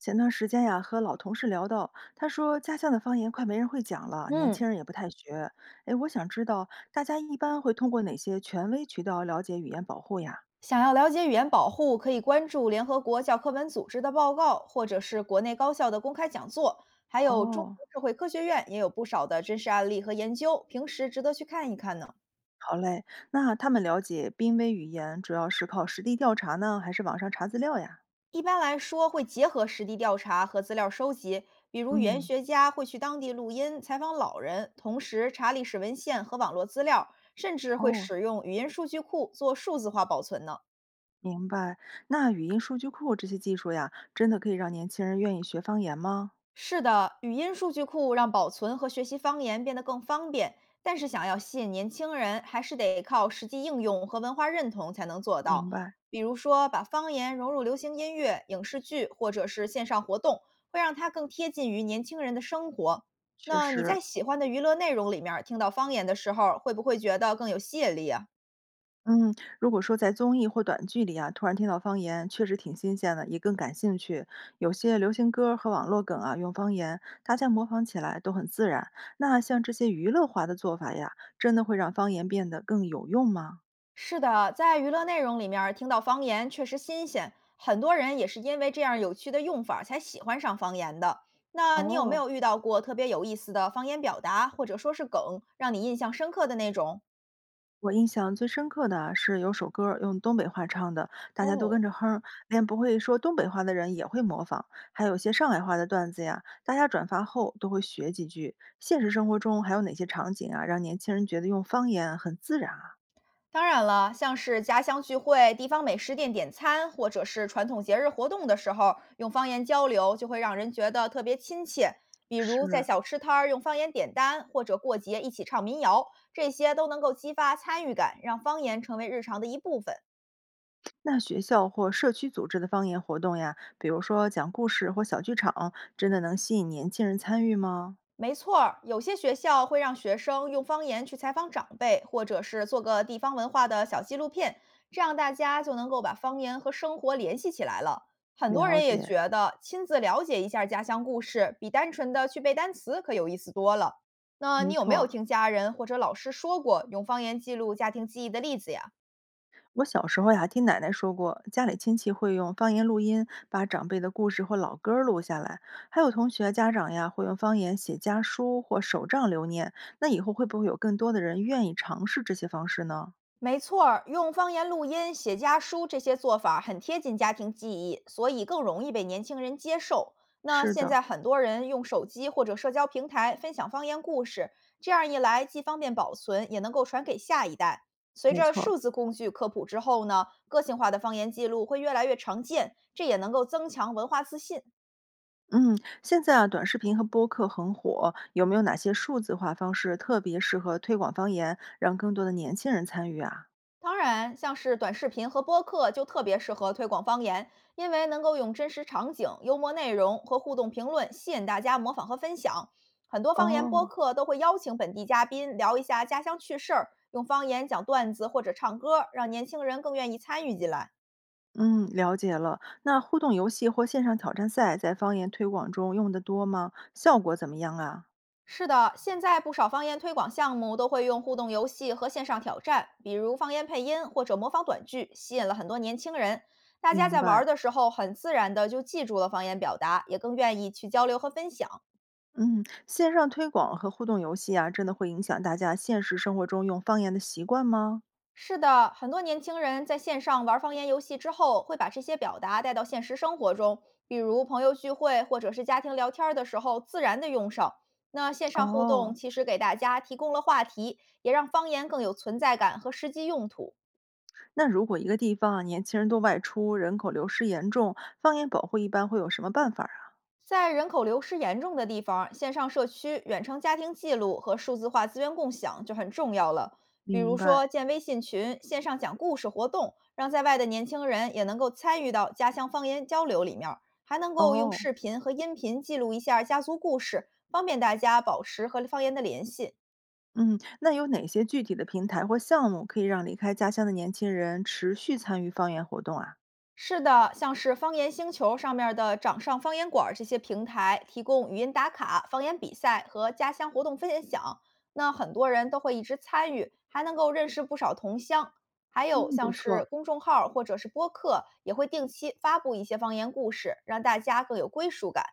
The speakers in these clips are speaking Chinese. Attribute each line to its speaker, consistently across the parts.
Speaker 1: 前段时间呀，和老同事聊到，他说家乡的方言快没人会讲了，年
Speaker 2: 嗯，
Speaker 1: 轻人也不太学。哎，我想知道大家一般会通过哪些权威渠道了解语言保护呀？
Speaker 2: 想要了解语言保护，可以关注联合国教科文组织的报告，或者是国内高校的公开讲座，还有中
Speaker 1: 哦，
Speaker 2: 国社会科学院也有不少的真实案例和研究，平时值得去看一看呢。
Speaker 1: 好嘞，那他们了解濒危语言主要是靠实地调查呢，还是网上查资料呀？
Speaker 2: 一般来说，会结合实地调查和资料收集，比如语言
Speaker 1: 嗯，
Speaker 2: 学家会去当地录音、采访老人，同时查历史文献和网络资料，甚至会
Speaker 1: 哦，
Speaker 2: 使用语音数据库做数字化保存呢。
Speaker 1: 明白。那语音数据库这些技术呀，真的可以让年轻人愿意学方言吗？
Speaker 2: 是的，语音数据库让保存和学习方言变得更方便，但是想要吸引年轻人，还是得靠实际应用和文化认同才能做
Speaker 1: 明
Speaker 2: 到。
Speaker 1: 白，
Speaker 2: 比如说，把方言融入流行音乐、影视剧或者是线上活动，会让它更贴近于年轻人的生活。
Speaker 1: 确
Speaker 2: 那你在
Speaker 1: 实。
Speaker 2: 喜欢的娱乐内容里面儿听到方言的时候，会不会觉得更有吸引力啊？
Speaker 1: 嗯，如果说在综艺或短剧里啊，突然听到方言，确实挺新鲜的，也更感兴趣。有些流行歌儿和网络梗啊，用方言，大家模仿起来都很自然。那像这些娱乐化的做法呀，真的会让方言变得更有用吗？
Speaker 2: 是的，在娱乐内容里面儿听到方言确实新鲜，很多人也是因为这样有趣的用法儿才喜欢上方言的。那你有没
Speaker 1: 哦，
Speaker 2: 有遇到过特别有意思的方言表达，或者说是梗，让你印象深刻的那种？
Speaker 1: 我印象最深刻的啊是有首歌儿用东北话唱的，大家都
Speaker 2: 哦，
Speaker 1: 跟着哼儿连不会说东北话的人也会模仿。还有些上海话的段子呀，大家转发后都会学几句。现实生活中还有哪些场景啊，让年轻人觉得用方言很自然啊？
Speaker 2: 当然了，像是家乡聚会、地方美食店点餐，或者是传统节日活动的时候，用方言交流就会让人觉得特别亲切。比如在
Speaker 1: 是。
Speaker 2: 小吃摊儿用方言点单，或者过节一起唱民谣，这些都能够激发参与感，让方言成为日常的一部分。
Speaker 1: 那学校或社区组织的方言活动呀，比如说讲故事或小剧场，真的能吸引年轻人参与吗？
Speaker 2: 没错儿有些学校会让学生用方言去采访长辈，或者是做个地方文化的小纪录片，这样大家就能够把方言和生活联系起来了。很多
Speaker 1: 了
Speaker 2: 人也
Speaker 1: 解，
Speaker 2: 觉得亲自了解一下家乡故事，比单纯的去背单词可有意思多了。那
Speaker 1: 没
Speaker 2: 你有没有
Speaker 1: 错。
Speaker 2: 听家人或者老师说过用方言记录家庭记忆的例子呀？
Speaker 1: 我小时候呀，听奶奶说过，家里亲戚会用方言录音，把长辈的故事或老歌儿录下来。还有同学啊、家长呀，会用方言写家书或手账留念。那以后会不会有更多的人愿意尝试这些方式呢？
Speaker 2: 没错儿，用方言录音、写家书这些做法儿很贴近家庭记忆，所以更容易被年轻人接受。那
Speaker 1: 是
Speaker 2: 现
Speaker 1: 的，
Speaker 2: 在很多人用手机或者社交平台分享方言故事，这样一来既方便保存，也能够传给下一代。随
Speaker 1: 没
Speaker 2: 着
Speaker 1: 错儿
Speaker 2: 数字工具科普之后呢，个性化的方言记录会越来越常见，这也能够增强文化自信。
Speaker 1: 嗯，现在啊，短视频和播客很火，有没有哪些数字化方式特别适合推广方言，让更多的年轻人参与啊？
Speaker 2: 当然，像是短视频和播客就特别适合推广方言，因为能够用真实场景、幽默内容和互动评论吸引大家模仿和分享。很多方言播
Speaker 1: 哦，
Speaker 2: 客都会邀请本地嘉宾聊一下家乡趣事儿，用方言讲段子或者唱歌，让年轻人更愿意参与进来。
Speaker 1: 嗯，了解了。那互动游戏或线上挑战赛在方言推广中用的多吗？效果怎么样啊？
Speaker 2: 是的，现在不少方言推广项目都会用互动游戏和线上挑战，比如方言配音或者模仿短剧，吸引了很多年轻人。大家
Speaker 1: 明
Speaker 2: 在玩儿
Speaker 1: 白。
Speaker 2: 的时候，很自然的就记住了方言表达，也更愿意去交流和分享。
Speaker 1: 嗯，线上推广和互动游戏啊，真的会影响大家现实生活中用方言的习惯吗？
Speaker 2: 是的，很多年轻人在线上玩方言游戏之后，会把这些表达带到现实生活中，比如朋友聚会或者是家庭聊天儿的时候，自然的用上。那线上互动
Speaker 1: 哦，
Speaker 2: 其实给大家提供了话题，也让方言更有存在感和实际用途。
Speaker 1: 那如果一个地方啊，年轻人都外出，人口流失严重，方言保护一般会有什么办法啊？
Speaker 2: 在人口流失严重的地方，线上社区、远程家庭记录和数字化资源共享就很重要了。比
Speaker 1: 明
Speaker 2: 如说，
Speaker 1: 白。
Speaker 2: 建微信群、线上讲故事活动，让在外的年轻人也能够参与到家乡方言交流里面儿还能够用
Speaker 1: 哦，
Speaker 2: 视频和音频记录一下家族故事，方便大家保持和方言的联系。
Speaker 1: 嗯，那有哪些具体的平台或项目可以让离开家乡的年轻人持续参与方言活动啊？
Speaker 2: 是的，像是方言星球上面的掌上方言馆儿这些平台，提供语音打卡、方言比赛和家乡活动分享，那很多人都会一直参与，还能够认识不少同乡。还有
Speaker 1: 嗯，
Speaker 2: 像
Speaker 1: 不
Speaker 2: 是
Speaker 1: 错。
Speaker 2: 公众号儿或者是播客，也会定期发布一些方言故事，让大家更有归属感。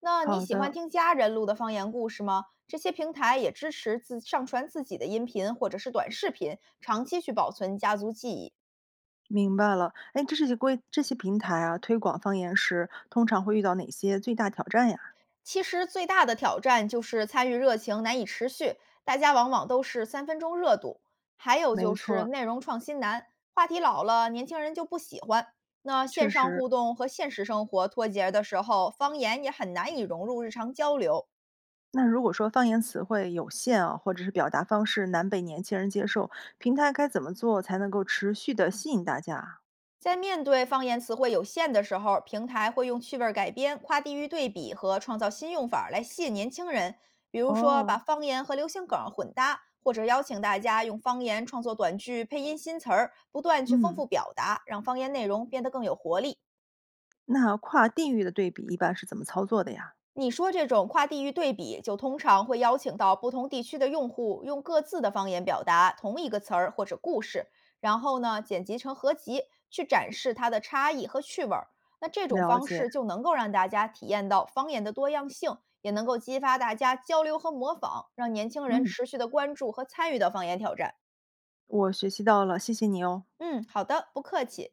Speaker 2: 那你
Speaker 1: 好
Speaker 2: 喜欢
Speaker 1: 的，
Speaker 2: 听家人录的方言故事吗？这些平台也支持自上传自己的音频或者是短视频，长期去保存家族记忆。
Speaker 1: 明白了。哎，这些平台啊，推广方言时通常会遇到哪些最大挑战呀？
Speaker 2: 其实最大的挑战就是参与热情难以持续，大家往往都是3分钟热度。还有
Speaker 1: 没
Speaker 2: 就是
Speaker 1: 错，
Speaker 2: 内容创新难，话题老了，年轻人就不喜欢。那线
Speaker 1: 确
Speaker 2: 上
Speaker 1: 实。
Speaker 2: 互动和现实生活脱节的时候，方言也很难以融入日常交流。
Speaker 1: 那如果说方言词汇有限啊，或者是表达方式难被年轻人接受，平台该怎么做才能够持续的吸引大家啊？
Speaker 2: 在面对方言词汇有限的时候，平台会用趣味儿改编、跨地域对比和创造新用法儿来吸引年轻人，比如说把
Speaker 1: 哦，
Speaker 2: 方言和流行梗儿混搭，或者邀请大家用方言创作短剧、配音新词儿，不断去丰
Speaker 1: 嗯，
Speaker 2: 富表达，让方言内容变得更有活力。
Speaker 1: 那跨地域的对比一般是怎么操作的呀？
Speaker 2: 你说这种跨地域对比，就通常会邀请到不同地区的用户用各自的方言表达同一个词儿或者故事，然后剪辑成合集，去展示它的差异和趣味儿。那这种
Speaker 1: 了
Speaker 2: 方
Speaker 1: 解，
Speaker 2: 式就能够让大家体验到方言的多样性，也能够激发大家交流和模仿，让年轻人
Speaker 1: 嗯，
Speaker 2: 持续的关注和参与到方言挑战。
Speaker 1: 我学习到了，谢谢你哦。
Speaker 2: 嗯，好的，不客气。